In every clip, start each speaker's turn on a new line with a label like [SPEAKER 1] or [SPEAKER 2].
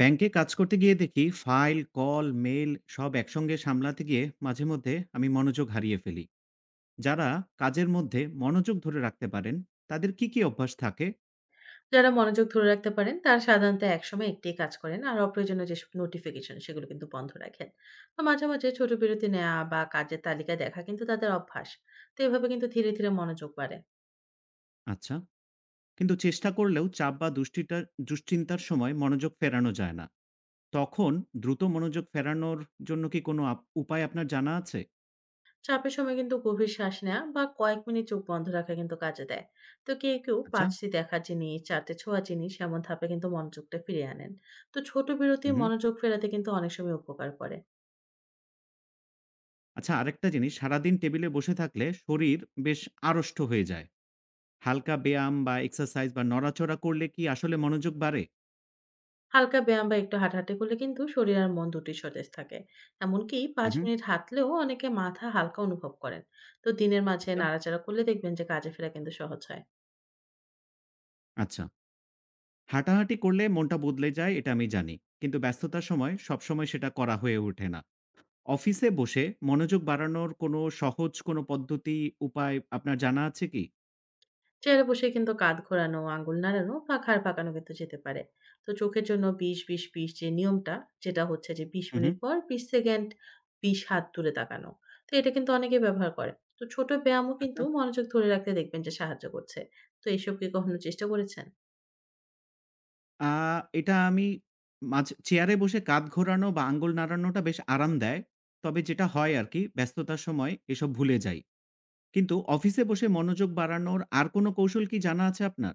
[SPEAKER 1] ব্যাংকে কাজ করতে গিয়ে দেখি ফাইল কল মেল সব একসঙ্গে সামলাতে গিয়ে মাঝে মধ্যে আমি মনোযোগ হারিয়ে ফেলি। যারা কাজের মধ্যে মনোযোগ ধরে রাখতে পারেন, তাদের কি কি অভ্যাস থাকে?
[SPEAKER 2] যারা মনোযোগ ধরে রাখতে পারেন তারা সাধারণত একসময় একটি কাজ করেন আর অপ্রয়োজনীয় যেসব নোটিফিকেশন সেগুলো কিন্তু বন্ধ রাখেন। তো মাঝে মাঝে ছোট বিরতি নেওয়া বা কাজের তালিকা দেখা কিন্তু তাদের অভ্যাস। তো এভাবে কিন্তু ধীরে ধীরে মনোযোগ বাড়ে।
[SPEAKER 1] আচ্ছা, কিন্তু চেষ্টা করলেও চাপ বা দুশ্চিন্তা দুশ্চিন্তার সময় মনোযোগ ফেরানো যায় না। তখন দ্রুত মনোযোগ ফেরানোর জন্য কি কোনো উপায় আপনার জানা আছে?
[SPEAKER 2] চাপের সময় কিন্তু গভীর শ্বাস নেওয়া বা কয়েক মিনিট চোখ বন্ধ রাখা কিন্তু কাজে দেয়। তো কেউ কেউ
[SPEAKER 1] আচ্ছা।
[SPEAKER 2] পাঁচটি দেখা জিনিস চারটে ছোঁয়া জিনিস এমন ধাপে কিন্তু মনোযোগটা ফিরিয়ে আনেন। তো ছোট বিরতি
[SPEAKER 1] হুম।
[SPEAKER 2] মনোযোগ ফেরাতে কিন্তু অনেক সময় উপকার করে।
[SPEAKER 1] আচ্ছা, আরেকটা জিনিস, সারাদিন টেবিলে বসে থাকলে শরীর বেশ আড়ষ্ট হয়ে যায়। হালকা ব্যায়াম বা এক্সারসাইজ বা নড়াচড়া করলে কি আসলে মনোযোগ বাড়ে?
[SPEAKER 2] হালকা ব্যায়াম বা একটু হাঁটাহাঁটি করলে কিন্তু শরীর আর মন দুটোই সতেজ থাকে। এমনকি
[SPEAKER 1] হু,
[SPEAKER 2] পাঁচ
[SPEAKER 1] হু।
[SPEAKER 2] মিনিট হাঁটলেও অনেকে মাথা হালকা অনুভব করেন। তো দিনের মাঝে
[SPEAKER 1] আচ্ছা,
[SPEAKER 2] নাড়াচাড়া করলে দেখবেন যে কাজে ফেরা কিন্তু সহজ হয়।
[SPEAKER 1] আচ্ছা। হাঁটাহাঁটি করলে মনটা বদলে যায়, এটা আমি জানি। কিন্তু ব্যস্ততার সময় সবসময় সেটা করা হয়ে ওঠে না। অফিসে বসে মনোযোগ বাড়ানোর কোনো সহজ কোনো পদ্ধতি, উপায় আপনার জানা আছে কি?
[SPEAKER 2] চেয়ারে বসে কিন্তু কাঁধ ঘোরানো আঙ্গুল নাড়ানো বা ঘাড় পাকানো কিন্তু যেতে পারে। তো চোখের জন্য ২০-২০-২০ যে নিয়মটা, যেটা হচ্ছে যে বিশ
[SPEAKER 1] হু, হু।
[SPEAKER 2] মিনিট পর ২০ সেকেন্ড ২০ হাত দূরে তাকানো। তো এটা কিন্তু অনেকে ব্যবহার করে। তো ছোট ব্যায়ামও কিন্তু
[SPEAKER 1] আচ্ছা।
[SPEAKER 2] মনোযোগ ধরে রাখতে দেখবেন যে সাহায্য করছে। তো এইসব কি কখনো চেষ্টা করেছেন?
[SPEAKER 1] আ এটা আমি চেয়ারে বসে কাঁধ ঘোরানো বা আঙ্গুল নাড়ানোটা বেশ আরাম দেয়। তবে যেটা হয় আরকি, ব্যস্ততার সময় এসব ভুলে যাই। কিন্তু অফিসে বসে মনোযোগ বাড়ানোর আর কোনো কৌশল কি জানা আছে আপনার?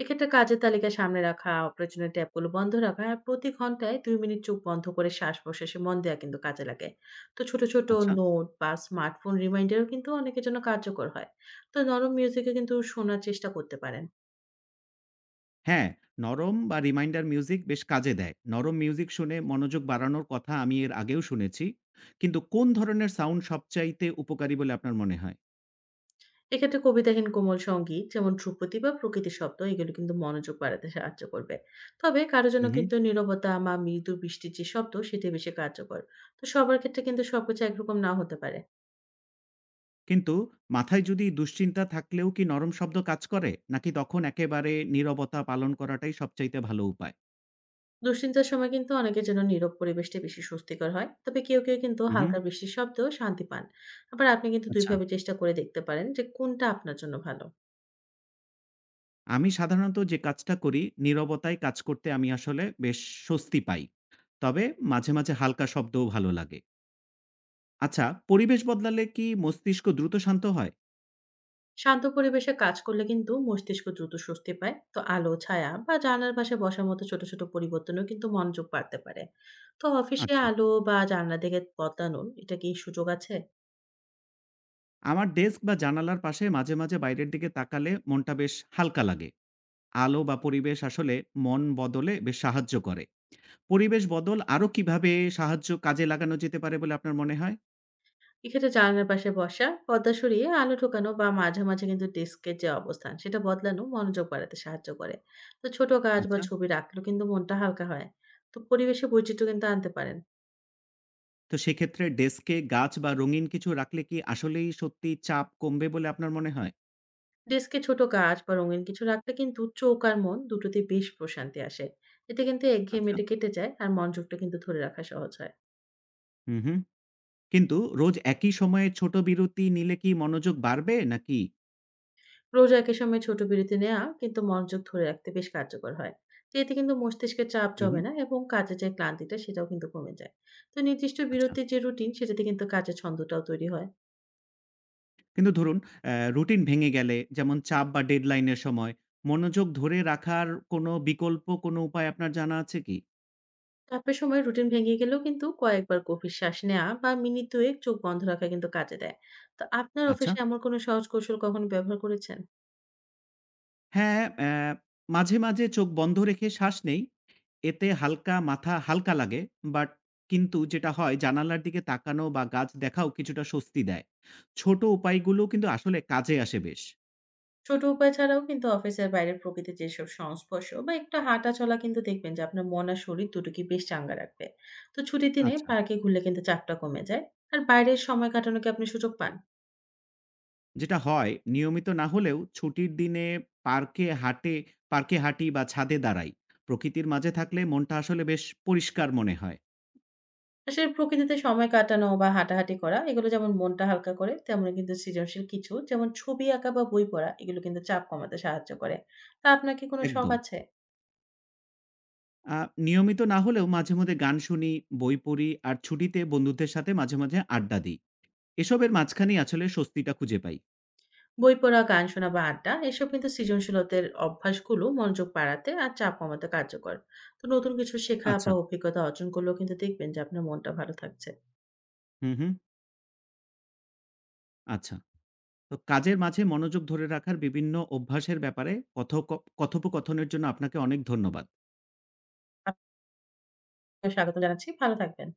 [SPEAKER 2] এক্ষেত্রে কাজের তালিকা সামনে রাখা, অপ্রয়োজনীয় ট্যাবগুলো বন্ধ রাখা আর প্রতি ঘন্টায় ২ মিনিট চোখ বন্ধ করে শ্বাস-প্রশ্বাসে মন দেওয়া কিন্তু কাজে লাগে। তো ছোট, ছোট
[SPEAKER 1] আচ্ছা।
[SPEAKER 2] নোট বা স্মার্টফোন রিমাইন্ডারও কিন্তু অনেকের জন্য কার্যকর হয়। তো নরম মিউজিকও কিন্তু শোনার চেষ্টা করতে পারেন।
[SPEAKER 1] হ্যাঁ, নরম বা রিমাইন্ডার মিউজিক বেশ কাজে দেয়। নরম মিউজিক শুনে মনোযোগ বাড়ানোর কথা আমি এর আগেও শুনেছি। কিন্তু কোন ধরনের সাউন্ড সবচাইতে উপকারী বলে আপনার মনে হয়?
[SPEAKER 2] এক্ষেত্রে কবিতাহীন কোমল সংগীত যেমন ধ্রুপদী বা প্রকৃতির শব্দ এগুলো কিন্তু মনোযোগ বাড়াতে সাহায্য করবে। তবে কারো জন্য
[SPEAKER 1] হুম, হুম।
[SPEAKER 2] কিন্তু নীরবতা বা মৃদু বৃষ্টির যে শব্দ সেটি বেশি কার্যকর। তো সবার ক্ষেত্রে কিন্তু সবকিছু একরকম নাও হতে পারে।
[SPEAKER 1] কিন্তু মাথায় যদি দুশ্চিন্তা থাকলেও কি নরম শব্দ কাজ করে? নাকি তখন একেবারে নীরবতা পালন করাটাই সবচাইতে ভালো উপায়?
[SPEAKER 2] দুশ্চিন্তার সময় কিন্তু অনেকের জন্য নীরব পরিবেশটা বেশি স্বস্তিকর হয়, তবে কেউ কেউ কিন্তু
[SPEAKER 1] হুম, হুম।
[SPEAKER 2] হালকা বৃষ্টির শব্দেও শান্তি পান। আবার আপনি কিন্তু
[SPEAKER 1] আচ্ছা।
[SPEAKER 2] দুইভাবে চেষ্টা করে দেখতে পারেন যে কোনটা আপনার জন্য ভালো।
[SPEAKER 1] আমি সাধারণত যে কাজটা করি, নীরবতায় কাজ করতে আমি আসলে বেশ স্বস্তি পাই। তবে মাঝে, মাঝে হালকা শব্দও ভালো লাগে। আচ্ছা, পরিবেশ বদলালে কি মস্তিষ্ক দ্রুত শান্ত হয়?
[SPEAKER 2] শান্ত পরিবেশে কাজ করলে কিন্তু মস্তিষ্ক দ্রুত স্বস্তি পায়। তো আলো ছায়া বা জানলার পাশে বসার মতো ছোট ছোট পরিবর্তনও কিন্তু মনোযোগ বাড়তে পারে। তো অফিসে
[SPEAKER 1] আচ্ছা।
[SPEAKER 2] আলো বা জানলা দিকে বদলানোর এটা কি সুযোগ আছে?
[SPEAKER 1] আমার ডেস্ক বা জানালার পাশে মাঝে, মাঝে বাইরের দিকে তাকালে মনটা বেশ হালকা লাগে। আলো বা পরিবেশ আসলে মন বদলে বেশ সাহায্য করে। পরিবেশ বদল আরো কিভাবে সাহায্য কাজে লাগানো যেতে পারে বলে আপনার মনে হয়?
[SPEAKER 2] এক্ষেত্রে জানালার পাশে বসা, পর্দা সরিয়ে আলো ঢোকানো বা মাঝে, মাঝে কিন্তু ডেস্কের যে অবস্থান সেটা বদলানো মনোযোগ বাড়াতে সাহায্য করে। তো ছোট কাজ বা
[SPEAKER 1] আচ্ছা।
[SPEAKER 2] ছবি রাখলেও কিন্তু মনটা হালকা হয়। তো পরিবেশে বৈচিত্র্য কিন্তু আনতে পারেন।
[SPEAKER 1] তো সেক্ষেত্রে ডেস্কে গাছ বা রঙিন কিছু রাখলে কি আসলেই সত্যি চাপ কমবে বলে আপনার মনে হয়?
[SPEAKER 2] ডেস্কে ছোট গাছ বা রঙিন কিছু রাখলে কিন্তু চোখ আর মন দুটোতেই বেশ প্রশান্তি আসে। এতে কিন্তু
[SPEAKER 1] আচ্ছা।
[SPEAKER 2] একঘেয়েমিটা কেটে যায় আর মনোযোগটা কিন্তু ধরে রাখা সহজ হয়।
[SPEAKER 1] হুম, হুম। কিন্তু রোজ একই সময়ে ছোট বিরতি নিলে কি মনোযোগ বাড়বে নাকি?
[SPEAKER 2] রোজা একই সময়ে ছোট বিরতি নেওয়া কিন্তু মনোযোগ ধরে রাখতে বেশ কার্যকর হয়। তো এতে কিন্তু মস্তিষ্কে চাপ
[SPEAKER 1] হুম,
[SPEAKER 2] জমে
[SPEAKER 1] হুম।
[SPEAKER 2] না এবং কাজে যে ক্লান্তিটা সেটাও কিন্তু কমে যায়। তো নির্দিষ্ট
[SPEAKER 1] আচ্ছা।
[SPEAKER 2] বিরতির যে রুটিন সেটাতে কিন্তু কাজের ছন্দটাও তৈরি হয়।
[SPEAKER 1] কিন্তু ধরুন রুটিন ভেঙে গেলে, যেমন চাপ বা ডেডলাইন এর সময় মনোযোগ ধরে রাখার কোনো বিকল্প কোনো উপায় আপনার জানা আছে কি?
[SPEAKER 2] চাপের সময় রুটিন ভেঙে গেলেও কিন্তু কয়েকবার গভীর শ্বাস নেওয়া বা মিনিট দুয়েক চোখ বন্ধ রাখা কিন্তু কাজে দেয়। তো আপনার
[SPEAKER 1] আচ্ছা।
[SPEAKER 2] অফিসে এমন কোনো সহজ কৌশল কখনো ব্যবহার করেছেন?
[SPEAKER 1] হ্যাঁ, মাঝে, মাঝে চোখ বন্ধ রেখে শ্বাস নেই। এতে মাথা হালকা লাগে। বাট কিন্তু যেটা হয়, জানালার দিকে তাকানো বা গাছ দেখাও কিছুটা স্বস্তি দেয়। ছোট উপায়গুলো কিন্তু আসলে কাজে আসে বেশ।
[SPEAKER 2] ছোট উপায় ছাড়াও কিন্তু অফিসের বাইরে প্রকৃতির যেসব সংস্পর্শ বা একটু হাঁটা চলা কিন্তু দেখবেন যে আপনার মন আর শরীর দুটোকে বেশ চাঙ্গা রাখবে। তো ছুটির দিনে
[SPEAKER 1] আচ্ছা।
[SPEAKER 2] পার্কে ঘুরলে কিন্তু চাপটা কমে যায়। আর বাইরের সময় কাটানো কি আপনি সুযোগ পান?
[SPEAKER 1] যেটা হয়, নিয়মিত না হলেও ছুটির দিনে পার্কে হাঁটে পার্কে হাঁটি বা ছাদে দাঁড়াই। প্রকৃতির মাঝে থাকলে মনটা আসলে বেশ পরিষ্কার মনে হয়।
[SPEAKER 2] আসলে প্রকৃতিতে সময় কাটানো বা হাঁটাহাঁটি করা এগুলো যেমন মনটা হালকা করে, তেমন কিন্তু সৃজনশীল কিছু যেমন ছবি আঁকা বা বই পড়া এগুলো কিন্তু চাপ কমাতে সাহায্য করে। তা আপনার কি কোনো শখ
[SPEAKER 1] একদম।
[SPEAKER 2] আছে?
[SPEAKER 1] আ নিয়মিত না হলেও মাঝে মধ্যে গান শুনি, বই পড়ি আর ছুটিতে বন্ধুদের সাথে মাঝে, মাঝে আড্ডা দিই। এসবের মাঝখানেই আসলে স্বস্তিটা খুঁজে পাই।
[SPEAKER 2] বই পড়া, গান শোনা বা আড্ডা এসব কিন্তু সৃজনশীলতার অভ্যাসগুলো মনোযোগ বাড়াতে আর চাপ কমাতে কার্যকর। তো নতুন কিছু শেখা
[SPEAKER 1] আচ্ছা।
[SPEAKER 2] বা অভিজ্ঞতা অর্জন করলেও কিন্তু দেখবেন যে আপনার মনটা ভালো থাকছে।
[SPEAKER 1] হুম, হুম। আচ্ছা। তো কাজের মাঝে মনোযোগ ধরে রাখার বিভিন্ন অভ্যাসের ব্যাপারে কথোপকথনের জন্য আপনাকে অনেক ধন্যবাদ।
[SPEAKER 2] আপনাকে স্বাগত জানাচ্ছি। ভালো থাকবেন।